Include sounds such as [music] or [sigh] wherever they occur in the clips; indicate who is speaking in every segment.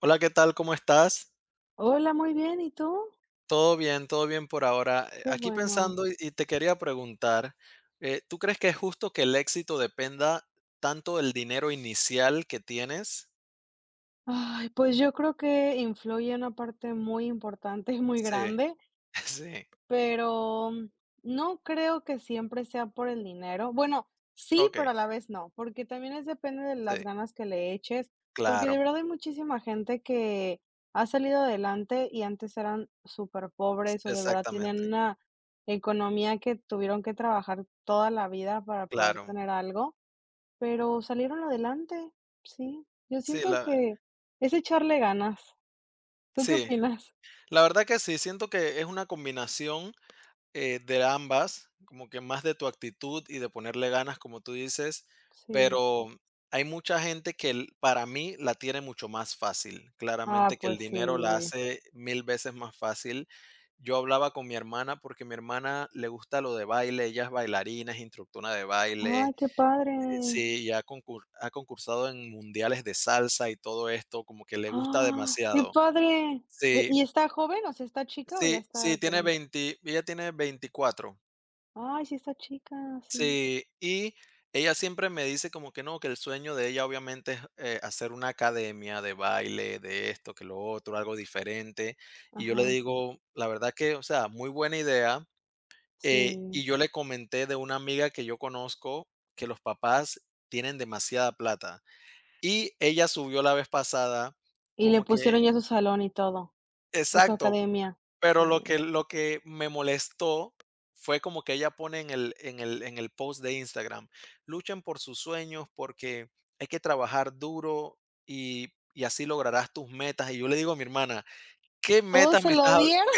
Speaker 1: Hola, ¿qué tal? ¿Cómo estás?
Speaker 2: Hola, muy bien, ¿y tú?
Speaker 1: Todo bien por ahora.
Speaker 2: Qué
Speaker 1: Aquí
Speaker 2: bueno.
Speaker 1: pensando y te quería preguntar, ¿tú crees que es justo que el éxito dependa tanto del dinero inicial que tienes?
Speaker 2: Ay, pues yo creo que influye una parte muy importante y muy
Speaker 1: Sí,
Speaker 2: grande,
Speaker 1: [laughs] sí,
Speaker 2: pero no creo que siempre sea por el dinero. Bueno, sí,
Speaker 1: ok,
Speaker 2: pero a la vez no, porque también es depende de
Speaker 1: sí,
Speaker 2: las ganas que le eches, porque de
Speaker 1: claro,
Speaker 2: verdad hay muchísima gente que ha salido adelante y antes eran súper pobres o de verdad
Speaker 1: exactamente,
Speaker 2: tienen una economía que tuvieron que trabajar toda la vida para poder
Speaker 1: claro.
Speaker 2: tener algo. Pero salieron adelante, sí. Yo
Speaker 1: Sí,
Speaker 2: siento que es echarle ganas. ¿Tú qué
Speaker 1: sí,
Speaker 2: opinas?
Speaker 1: la verdad que sí, siento que es una combinación. De ambas, como que más de tu actitud y de ponerle ganas, como tú dices,
Speaker 2: Sí.
Speaker 1: pero hay mucha gente que para mí la tiene mucho más fácil.
Speaker 2: Ah,
Speaker 1: Claramente que el
Speaker 2: pues sí.
Speaker 1: dinero la hace mil veces más fácil. Yo hablaba con mi hermana porque mi hermana le gusta lo de baile, ella es bailarina, es instructora de
Speaker 2: Ay,
Speaker 1: baile,
Speaker 2: qué padre.
Speaker 1: sí, ya ha concursado en mundiales de salsa y todo esto, como que le gusta
Speaker 2: Ah, qué
Speaker 1: demasiado.
Speaker 2: padre. Eh,
Speaker 1: Sí,
Speaker 2: ¿y está joven? O sea, ¿está chica o ya
Speaker 1: sí, sí,
Speaker 2: está
Speaker 1: tiene
Speaker 2: grande?
Speaker 1: 20, ella tiene 24.
Speaker 2: Ay, sí está chica, sí.
Speaker 1: Sí, y ella siempre me dice como que no, que el sueño de ella obviamente es hacer una academia de baile, de esto, que lo otro, algo diferente. Y yo le
Speaker 2: Ajá,
Speaker 1: digo, la verdad que, o sea, muy buena idea.
Speaker 2: sí.
Speaker 1: Y yo le comenté de una amiga que yo conozco que los papás tienen demasiada plata. Y ella subió la vez pasada
Speaker 2: Y le
Speaker 1: como que,
Speaker 2: pusieron ya su salón y todo, o su
Speaker 1: exacto,
Speaker 2: academia. Sí.
Speaker 1: pero lo que me molestó fue como que ella pone en el post de Instagram: "Luchen por sus sueños, porque hay que trabajar duro y así lograrás tus metas". Y yo le digo a mi hermana: "¿Qué
Speaker 2: Todos
Speaker 1: metas
Speaker 2: se
Speaker 1: me
Speaker 2: lo
Speaker 1: estás
Speaker 2: dieron.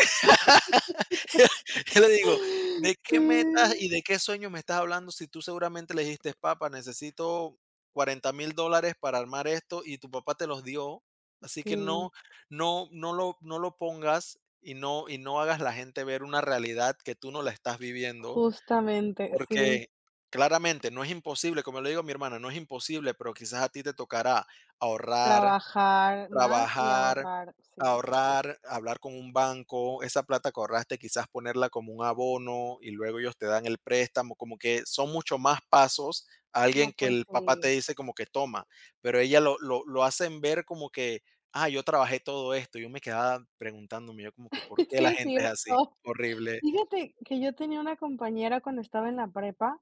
Speaker 1: [laughs] Yo le digo:
Speaker 2: [laughs]
Speaker 1: "¿De
Speaker 2: Sí,
Speaker 1: qué metas y de qué sueños me estás hablando si tú seguramente le dijiste: "Papá, necesito $40,000 para armar esto", y tu papá te los dio? Así que
Speaker 2: sí,
Speaker 1: no, no, no lo pongas y no hagas la gente ver una realidad que tú no la estás viviendo",
Speaker 2: justamente, sí.
Speaker 1: porque claramente no es imposible, como le digo a mi hermana, no es imposible, pero quizás a ti te tocará ahorrar,
Speaker 2: Trabajar más y
Speaker 1: trabajar,
Speaker 2: ahorrar, sí.
Speaker 1: ahorrar, hablar con un banco, esa plata que ahorraste quizás ponerla como un abono y luego ellos te dan el préstamo, como que son mucho más pasos a
Speaker 2: No,
Speaker 1: alguien que
Speaker 2: pues
Speaker 1: el papá te
Speaker 2: sí.
Speaker 1: dice como que toma, pero ella lo hacen ver como que, ah, yo trabajé todo esto, yo me quedaba preguntándome yo como que, ¿por
Speaker 2: [laughs]
Speaker 1: qué
Speaker 2: Sí
Speaker 1: la
Speaker 2: es
Speaker 1: gente es así?
Speaker 2: cierto.
Speaker 1: Horrible.
Speaker 2: Fíjate que yo tenía una compañera cuando estaba en la prepa,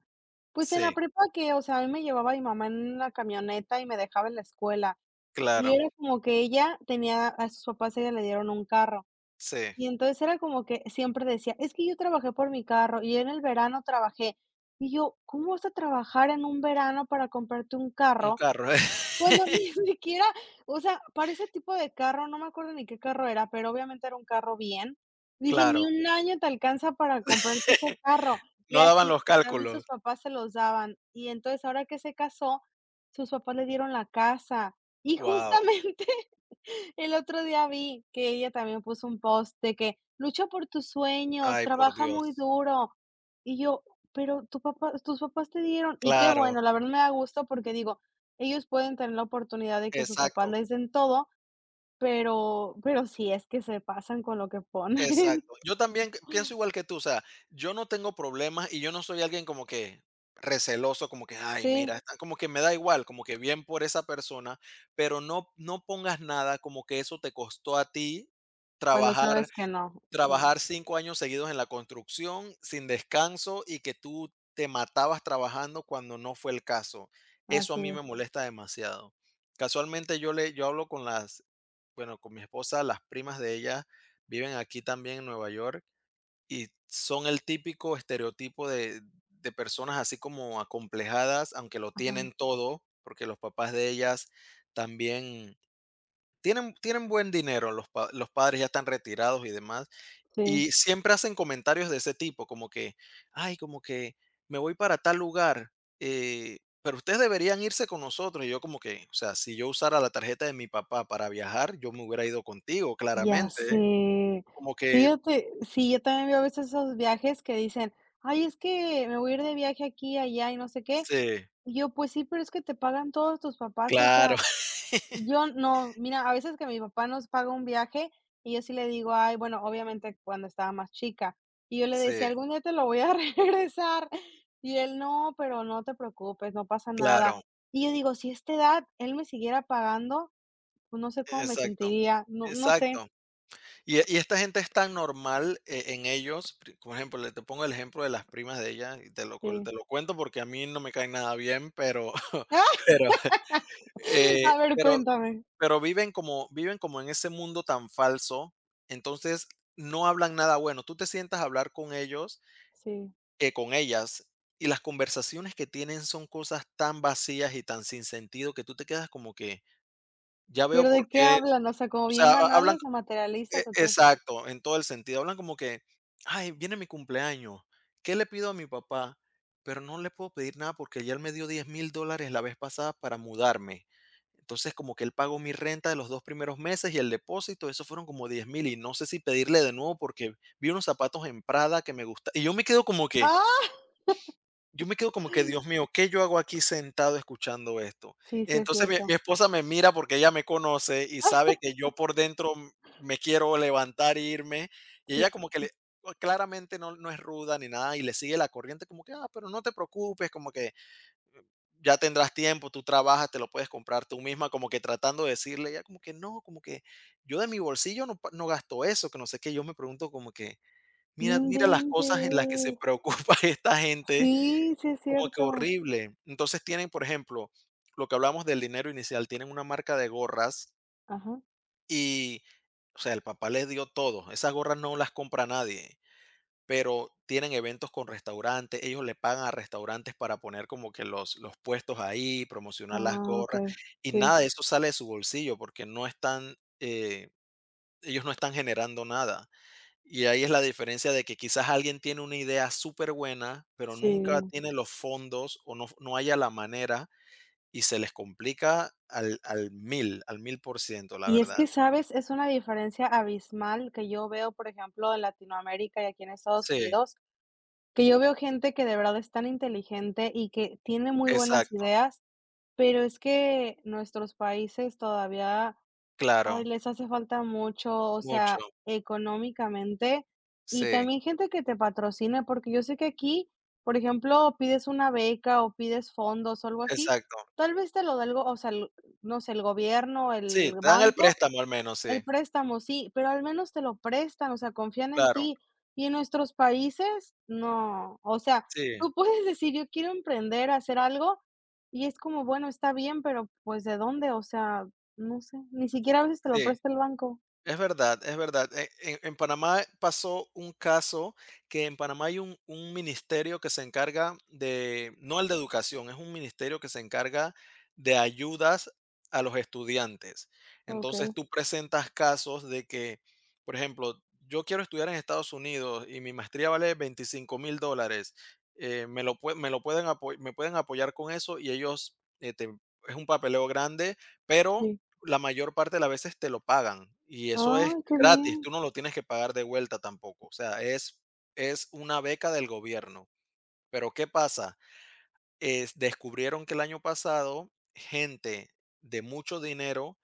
Speaker 2: pues, en la
Speaker 1: Sí,
Speaker 2: prepa que, o sea, a mí me llevaba mi mamá en la camioneta y me dejaba en la escuela, y
Speaker 1: claro,
Speaker 2: era como que ella tenía a sus papás, ella le dieron un carro,
Speaker 1: sí,
Speaker 2: y entonces era como que siempre decía: "Es que yo trabajé por mi carro, y en el verano trabajé". Y yo: "¿Cómo vas a trabajar en un verano para comprarte un
Speaker 1: un
Speaker 2: carro?
Speaker 1: carro, [laughs]
Speaker 2: Bueno, [laughs] ni siquiera, o sea, para ese tipo de carro, no me acuerdo ni qué carro era, pero obviamente era un carro bien. Dije: 'Ni
Speaker 1: claro,
Speaker 2: un año te alcanza para comprarte ese carro'". Y
Speaker 1: no daban
Speaker 2: así,
Speaker 1: los
Speaker 2: a mí sus
Speaker 1: cálculos.
Speaker 2: papás se los daban. Y entonces, ahora que se casó, sus papás le dieron la casa. Y [laughs]
Speaker 1: Wow,
Speaker 2: justamente el otro día vi que ella también puso un post de que lucha por tus sueños,
Speaker 1: ay, por
Speaker 2: trabaja muy
Speaker 1: Dios,
Speaker 2: duro. Y yo, pero tu papá, tus papás te dieron, y qué
Speaker 1: claro,
Speaker 2: bueno, la verdad me da gusto porque digo, ellos pueden tener la oportunidad de que sus papás
Speaker 1: exacto.
Speaker 2: les den todo, pero sí es que se pasan con lo que ponen. [laughs]
Speaker 1: Exacto. Yo también pienso igual que tú, o sea, yo no tengo problemas y yo no soy alguien como que receloso, como que: "Ay,
Speaker 2: Sí,
Speaker 1: mira", está como que me da igual, como que bien por esa persona, pero no pongas nada como que eso te costó a ti
Speaker 2: cuando
Speaker 1: trabajar.
Speaker 2: sabes que no. Sí,
Speaker 1: Trabajar 5 años seguidos en la construcción, sin descanso, y que tú te matabas trabajando cuando no fue el caso. Eso a
Speaker 2: así
Speaker 1: mí
Speaker 2: es.
Speaker 1: me molesta demasiado. Casualmente yo hablo con las bueno, con mi esposa, las primas de ella viven aquí también en Nueva York y son el típico estereotipo de personas así como acomplejadas, aunque lo
Speaker 2: Ajá,
Speaker 1: tienen todo, porque los papás de ellas también tienen buen dinero, los padres ya están retirados y demás,
Speaker 2: sí.
Speaker 1: y siempre hacen comentarios de ese tipo, como que, ay, como que me voy para tal lugar, pero ustedes deberían irse con nosotros. Y yo como que, o sea, si yo usara la tarjeta de mi papá para viajar, yo me hubiera ido contigo,
Speaker 2: Ya
Speaker 1: claramente. ¿Eh?
Speaker 2: sé.
Speaker 1: Como que,
Speaker 2: Fíjate, sí, yo también veo a veces esos viajes que dicen: "Ay, es que me voy a ir de viaje aquí, allá y no sé qué".
Speaker 1: sí,
Speaker 2: Y yo: "Pues sí, pero es que te pagan todos tus papás". O
Speaker 1: claro,
Speaker 2: sea,
Speaker 1: [laughs]
Speaker 2: yo no, mira, a veces que mi papá nos paga un viaje y yo sí le digo: "Ay, bueno", obviamente cuando estaba más chica, y yo le decía:
Speaker 1: sí,
Speaker 2: "Algún día te lo voy a [laughs] regresar". Y él: "No, pero no te preocupes, no pasa nada".
Speaker 1: claro,
Speaker 2: Y yo digo: "Si a esta edad él me siguiera pagando, pues no sé cómo me
Speaker 1: exacto.
Speaker 2: sentiría. No sé".
Speaker 1: Exacto. Y esta gente es tan normal en ellos. Por ejemplo, le te pongo el ejemplo de las primas de ella y
Speaker 2: Sí.
Speaker 1: te lo cuento porque a mí no me caen nada bien, pero, [laughs]
Speaker 2: [laughs]
Speaker 1: pero, Eh,
Speaker 2: A ver,
Speaker 1: pero
Speaker 2: cuéntame.
Speaker 1: pero viven como en ese mundo tan falso, entonces no hablan nada bueno. Tú te sientas a hablar
Speaker 2: Sí.
Speaker 1: con ellas, y las conversaciones que tienen son cosas tan vacías y tan sin sentido que tú te quedas como que ya veo
Speaker 2: ¿Pero de
Speaker 1: por
Speaker 2: qué
Speaker 1: qué,
Speaker 2: hablan? O sea, ¿como
Speaker 1: o
Speaker 2: bien
Speaker 1: sea, ha hablan
Speaker 2: banales o materialistas o qué?
Speaker 1: exacto, en todo el sentido. Hablan como que: "Ay, viene mi cumpleaños, ¿qué le pido a mi papá?". Pero no le puedo pedir nada porque ya él me dio $10,000 la vez pasada para mudarme. Entonces, como que él pagó mi renta de los 2 primeros meses y el depósito, eso fueron como 10,000 y no sé si pedirle de nuevo porque vi unos zapatos en Prada que me gusta y
Speaker 2: ¡Ah!
Speaker 1: yo me quedo como que, Dios mío, ¿qué yo hago aquí sentado escuchando esto?
Speaker 2: Sí, sí es
Speaker 1: Entonces mi
Speaker 2: cierto.
Speaker 1: esposa me mira porque ella me conoce y sabe que yo por dentro me quiero levantar e irme, y
Speaker 2: Sí.
Speaker 1: ella como que claramente no es ruda ni nada y le sigue la corriente como que: "Ah, pero no te preocupes, como que ya tendrás tiempo, tú trabajas, te lo puedes comprar tú misma", como que tratando de decirle, ella como que: "No, como que yo de mi bolsillo no gasto eso", que no sé qué. Yo me pregunto como que:
Speaker 2: No
Speaker 1: "Mira las cosas en las que se
Speaker 2: inventes.
Speaker 1: preocupa [laughs] esta gente",
Speaker 2: Sí, sí es
Speaker 1: como que
Speaker 2: cierto.
Speaker 1: horrible. Entonces tienen, por ejemplo, lo que hablamos del dinero inicial, tienen una marca de gorras
Speaker 2: Ajá.
Speaker 1: y, o sea, el papá les dio todo. Esas gorras no las compra nadie, pero tienen eventos con restaurantes, ellos le pagan a restaurantes para poner como que los puestos ahí, promocionar las
Speaker 2: Ah,
Speaker 1: gorras,
Speaker 2: okey.
Speaker 1: y
Speaker 2: Sí,
Speaker 1: nada de eso sale de su bolsillo porque ellos no están generando nada. Y ahí es la diferencia de que quizás alguien tiene una idea superbuena, pero nunca
Speaker 2: sí.
Speaker 1: tiene los fondos o no haya la manera y se les complica al mil por ciento la
Speaker 2: Y es
Speaker 1: verdad.
Speaker 2: que, ¿sabes? Es una diferencia abismal que yo veo, por ejemplo, en Latinoamérica y aquí en Estados
Speaker 1: Sí,
Speaker 2: Unidos, que yo veo gente que de verdad es tan inteligente y que tiene muy buenas
Speaker 1: exacto,
Speaker 2: ideas, pero es que nuestros países todavía, ay,
Speaker 1: claro,
Speaker 2: les hace falta mucho, o
Speaker 1: mucho,
Speaker 2: sea, económicamente y
Speaker 1: sí,
Speaker 2: también gente que te patrocine, porque yo sé que aquí, por ejemplo, pides una beca o pides fondos o algo así,
Speaker 1: exacto.
Speaker 2: tal vez te lo da algo, o sea, no sé, el gobierno,
Speaker 1: Sí,
Speaker 2: el
Speaker 1: te dan el
Speaker 2: banco,
Speaker 1: préstamo al menos,
Speaker 2: el
Speaker 1: sí,
Speaker 2: préstamo, sí, pero al menos te lo prestan, o sea, confían en
Speaker 1: claro,
Speaker 2: ti. Y en nuestros países, no. O sea,
Speaker 1: sí,
Speaker 2: tú [laughs] puedes decir, yo quiero emprender, hacer algo, y es como, bueno, está bien, pero pues ¿de dónde? O sea, no sé, ni siquiera a veces te lo
Speaker 1: sí.
Speaker 2: presta el banco.
Speaker 1: Es verdad, es verdad. En Panamá pasó un caso que en Panamá hay un ministerio que se encarga de, no el de educación, es un ministerio que se encarga de ayudas a los estudiantes. Entonces
Speaker 2: Okey,
Speaker 1: tú presentas casos de que, por ejemplo, yo quiero estudiar en Estados Unidos y mi maestría vale $25,000. Me lo me pueden apoyar con eso y ellos, es un papeleo grande, pero
Speaker 2: sí.
Speaker 1: la mayor parte de las veces te lo pagan y eso es
Speaker 2: Ay, qué
Speaker 1: gratis,
Speaker 2: bien.
Speaker 1: tú no lo tienes que pagar de vuelta tampoco, o sea, es una beca del gobierno. Pero, ¿qué pasa? Es Descubrieron que el año pasado gente de mucho dinero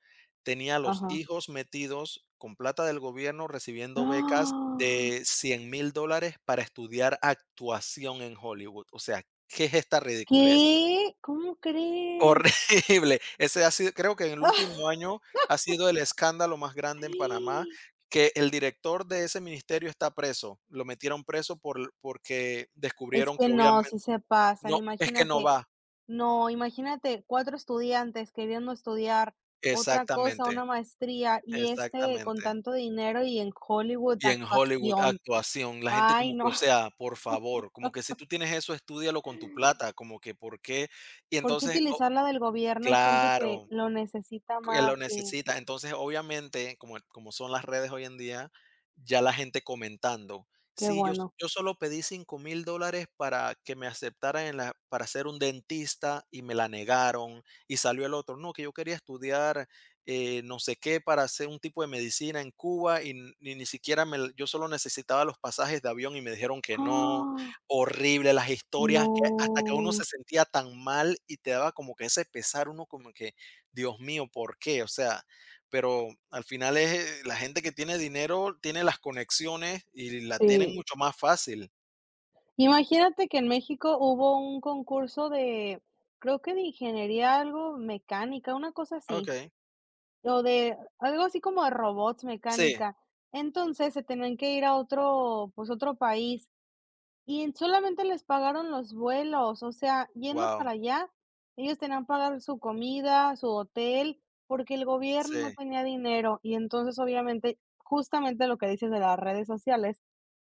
Speaker 1: tenía a los
Speaker 2: Ajá.
Speaker 1: hijos metidos con plata del gobierno recibiendo becas
Speaker 2: ¡Ah!
Speaker 1: de $100,000 para estudiar actuación en Hollywood. O sea, ¿qué es esta ridiculez?
Speaker 2: ¿Qué? ¿Cómo
Speaker 1: Horrible.
Speaker 2: crees?
Speaker 1: [laughs] Ese ha sido creo que en el último
Speaker 2: [laughs]
Speaker 1: año ha sido el escándalo más
Speaker 2: ¡Ah!
Speaker 1: grande en Panamá, que el director de ese ministerio está preso. Lo metieron preso porque
Speaker 2: Es
Speaker 1: descubrieron
Speaker 2: que
Speaker 1: que
Speaker 2: no,
Speaker 1: obviamente
Speaker 2: sí se pasan,
Speaker 1: no, es que no
Speaker 2: imagínate.
Speaker 1: va.
Speaker 2: No, imagínate 4 estudiantes queriendo estudiar otra cosa, una
Speaker 1: Exactamente,
Speaker 2: maestría, y este con
Speaker 1: exactamente.
Speaker 2: tanto dinero y en Hollywood,
Speaker 1: Y en Hollywood,
Speaker 2: actuación.
Speaker 1: actuación, la gente
Speaker 2: Ay,
Speaker 1: como
Speaker 2: no,
Speaker 1: que, o
Speaker 2: [laughs]
Speaker 1: sea, por favor, como que si tú tienes eso, estúdialo con tu plata, como que por qué. Y
Speaker 2: ¿por qué
Speaker 1: entonces, o
Speaker 2: utilizar la del gobierno? Hay gente que
Speaker 1: claro.
Speaker 2: lo necesita
Speaker 1: Que lo
Speaker 2: más, sí,
Speaker 1: necesita. Entonces, obviamente, como son las redes hoy en día, ya la gente comentando.
Speaker 2: qué
Speaker 1: Sí, yo
Speaker 2: bueno.
Speaker 1: yo solo pedí $5,000 para que me aceptaran en la para ser un dentista y me la negaron, y salió el otro, no, que yo quería estudiar, no sé qué, para hacer un tipo de medicina en Cuba y ni siquiera me l yo solo necesitaba los pasajes de avión y me dijeron que no.
Speaker 2: ¡Ah!
Speaker 1: Horrible, las historias que hasta que uno
Speaker 2: No,
Speaker 1: se sentía tan mal y te daba como que ese pesar, uno como que Dios mío, ¿por qué? O sea, pero al final es la gente que tiene dinero tiene las conexiones y la
Speaker 2: sí.
Speaker 1: tienen mucho más fácil.
Speaker 2: Imagínate que en México hubo un concurso de, creo que de ingeniería, algo mecánica, una cosa así.
Speaker 1: Okey.
Speaker 2: O de algo así como de robots,
Speaker 1: Sí,
Speaker 2: mecánica. Entonces, se tenían que ir a otro, pues, otro país, y en solamente les pagaron los vuelos, o sea, yendo
Speaker 1: wow.
Speaker 2: para allá, ellos tenían que pagar su comida, su hotel, porque el gobierno no
Speaker 1: Sí,
Speaker 2: tenía dinero. Y entonces, obviamente, justamente lo que dices de las redes sociales,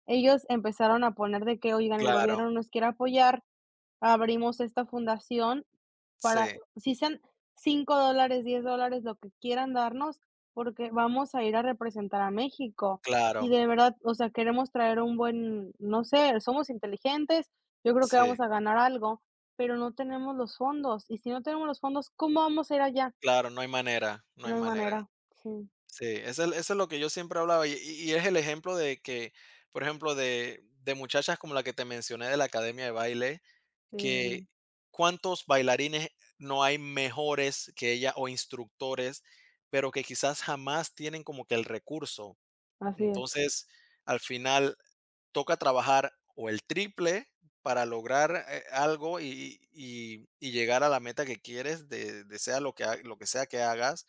Speaker 2: ellos empezaron a poner de que: "Oigan, el
Speaker 1: claro,
Speaker 2: gobierno no nos quiere apoyar, abrimos esta fundación para,
Speaker 1: sí,
Speaker 2: si sean $5 $10 lo que quieran darnos, porque vamos a ir a representar a México. Y
Speaker 1: claro,
Speaker 2: de verdad, o sea, queremos traer un buen, no sé, somos inteligentes, yo creo que
Speaker 1: sí,
Speaker 2: vamos a ganar algo, pero no tenemos los fondos. Y si no tenemos los fondos, ¿cómo vamos a ir allá?".
Speaker 1: claro, no hay manera, no
Speaker 2: No
Speaker 1: hay
Speaker 2: hay
Speaker 1: manera.
Speaker 2: manera. Sí,
Speaker 1: Sí, eso es lo que yo siempre hablaba y es el ejemplo de que, por ejemplo, de muchachas como la que te mencioné de la academia de baile, que
Speaker 2: sí,
Speaker 1: cuántos bailarines no hay mejores que ella o instructores, pero que quizás jamás tienen como que el recurso.
Speaker 2: así es.
Speaker 1: Entonces, al final toca trabajar o el triple para lograr algo y llegar a la meta que quieres, de sea lo que, ha- lo que sea que hagas,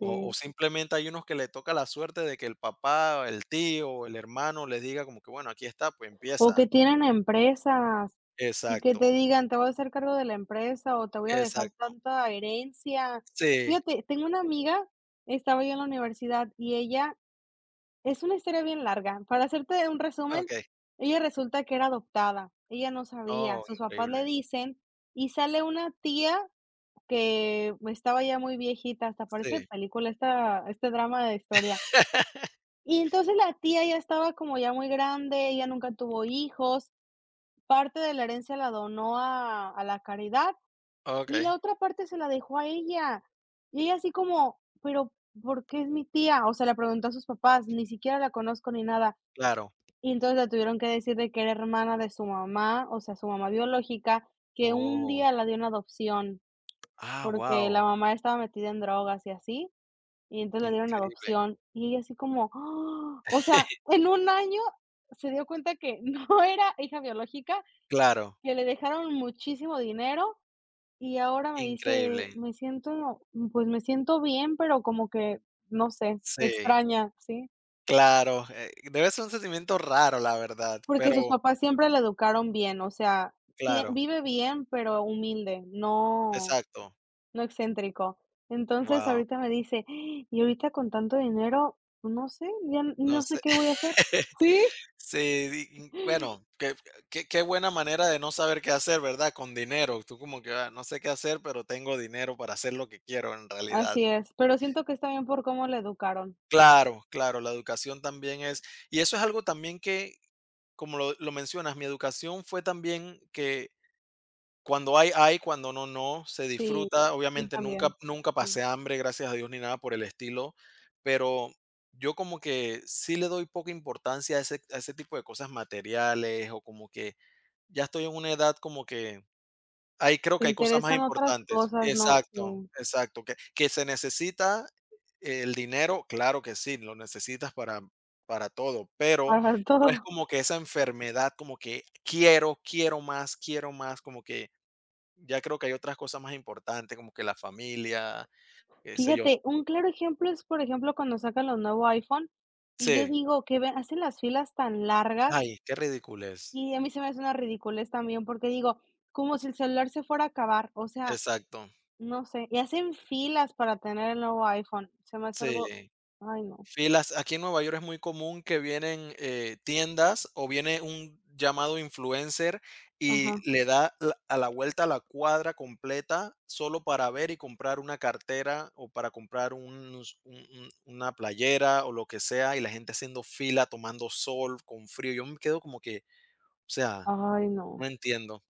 Speaker 1: o, simplemente hay unos que le toca la suerte de que el papá, el tío, el hermano les diga como que, bueno, aquí está, pues
Speaker 2: O
Speaker 1: empieza.
Speaker 2: que tienen empresas y que
Speaker 1: Exacto,
Speaker 2: te digan: "Te voy a hacer cargo de la empresa", o "Te voy a dejar
Speaker 1: exacto.
Speaker 2: tanta herencia".
Speaker 1: Sí,
Speaker 2: Fíjate, tengo una amiga, estaba yo en la universidad y ella es una historia bien larga. Para hacerte un resumen,
Speaker 1: ok.
Speaker 2: ella resulta que era adoptada, ella no sabía,
Speaker 1: Oh,
Speaker 2: sus papás le
Speaker 1: increíble.
Speaker 2: dicen, y sale una tía que estaba ya muy viejita, hasta parece
Speaker 1: Sí.
Speaker 2: película esta este drama de historia.
Speaker 1: [laughs]
Speaker 2: Y entonces la tía ya estaba como ya muy grande, ella nunca tuvo hijos. Parte de la herencia la donó a la caridad y la
Speaker 1: Okey,
Speaker 2: otra parte se la dejó a ella. Y ella así como: "Pero, ¿por qué es mi tía?". O sea, le preguntó a sus papás, ni siquiera la conozco ni nada.
Speaker 1: claro.
Speaker 2: Y entonces le tuvieron que decir de que era hermana de su mamá, o sea, su mamá biológica, que un día
Speaker 1: Oh.
Speaker 2: la dio en adopción,
Speaker 1: Ah,
Speaker 2: porque la
Speaker 1: wow,
Speaker 2: mamá estaba metida en drogas y así, y entonces la dieron en
Speaker 1: increíble.
Speaker 2: adopción. Y ella así como: "¡Ah!". O sea,
Speaker 1: [laughs]
Speaker 2: en un año se dio cuenta que [laughs] no era hija biológica,
Speaker 1: Claro,
Speaker 2: que le dejaron muchísimo dinero, y ahora me dice:
Speaker 1: increíble.
Speaker 2: "Me siento, pues, me siento bien, pero como que, no sé,
Speaker 1: Sí,
Speaker 2: extraña", ¿sí?
Speaker 1: claro, debe ser un sentimiento raro, la verdad,
Speaker 2: Porque
Speaker 1: pero
Speaker 2: sus papás siempre la educaron bien, o sea, tie
Speaker 1: claro,
Speaker 2: vive bien, pero humilde, no
Speaker 1: exacto.
Speaker 2: no excéntrico. Entonces,
Speaker 1: Wow,
Speaker 2: ahorita me dice: "Ah, y ahorita con tanto dinero, pues, no sé, ya
Speaker 1: no
Speaker 2: no sé
Speaker 1: sé.
Speaker 2: qué voy a hacer".
Speaker 1: [laughs]
Speaker 2: Sí,
Speaker 1: Sí, di in bueno, qué buena manera de no saber qué hacer, ¿verdad? Con dinero. Tú como que: "Ah, no sé qué hacer, pero tengo dinero para hacer lo que quiero en realidad".
Speaker 2: así es, pero siento que está bien por cómo la educaron.
Speaker 1: Claro, claro, la educación también es y eso es algo también que, como lo mencionas, mi educación fue también que cuando hay, cuando no, se
Speaker 2: Sí,
Speaker 1: disfruta.
Speaker 2: yo
Speaker 1: Obviamente nunca
Speaker 2: también.
Speaker 1: nunca
Speaker 2: Sí.
Speaker 1: pasé hambre, gracias a Dios, ni nada por el estilo, pero yo como que sí le doy poca importancia a ese tipo de cosas materiales o como que ya estoy en una edad como que ahí creo
Speaker 2: Te
Speaker 1: que hay cosas más
Speaker 2: interesan otras
Speaker 1: importantes.
Speaker 2: cosas, ¿no?
Speaker 1: Exacto,
Speaker 2: Sí,
Speaker 1: exacto. Que se necesita el dinero, claro que sí, lo necesitas para todo, pero
Speaker 2: para [laughs]
Speaker 1: no es
Speaker 2: todo.
Speaker 1: como que esa enfermedad, como que quiero, quiero más, como que ya creo que hay otras cosas más importantes, como que la familia, qué sé yo.
Speaker 2: Fíjate, un claro ejemplo es, por ejemplo, cuando sacan los nuevo iPhone, y yo
Speaker 1: Sí.
Speaker 2: digo que ve hacen las filas tan largas,
Speaker 1: Ay, qué ridiculez.
Speaker 2: y a mí se me hace una ridiculez también, porque digo, como si el celular se fuera a acabar, o sea,
Speaker 1: Exacto.
Speaker 2: no sé, y hacen filas para tener el nuevo iPhone, se me hace
Speaker 1: Sí.
Speaker 2: algo, ay, no.
Speaker 1: Filas, aquí en Nueva York es muy común que vienen, tiendas o viene un llamado influencer y
Speaker 2: Ajá.
Speaker 1: le da la vuelta a la cuadra completa solo para ver y comprar una cartera o para comprar unos un una playera o lo que sea, y la gente haciendo fila, tomando sol con frío. Yo me quedo como que, o sea,
Speaker 2: Ay, no.
Speaker 1: no entiendo.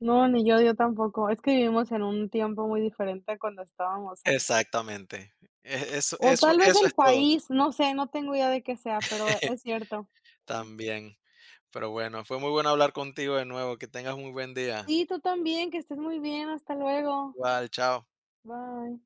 Speaker 2: No, ni yo, yo tampoco. Es que vivimos en un tiempo muy diferente a cuando estábamos antes.
Speaker 1: Exactamente. E eso
Speaker 2: O
Speaker 1: eso
Speaker 2: tal vez
Speaker 1: eso
Speaker 2: el
Speaker 1: es todo.
Speaker 2: país, no sé, no tengo idea de qué sea, pero
Speaker 1: [laughs]
Speaker 2: es cierto.
Speaker 1: También. Pero bueno, fue muy bueno hablar contigo de nuevo. Que tengas muy buen día.
Speaker 2: Sí, tú también, que estés muy bien, hasta luego.
Speaker 1: Igual, chao.
Speaker 2: Bye.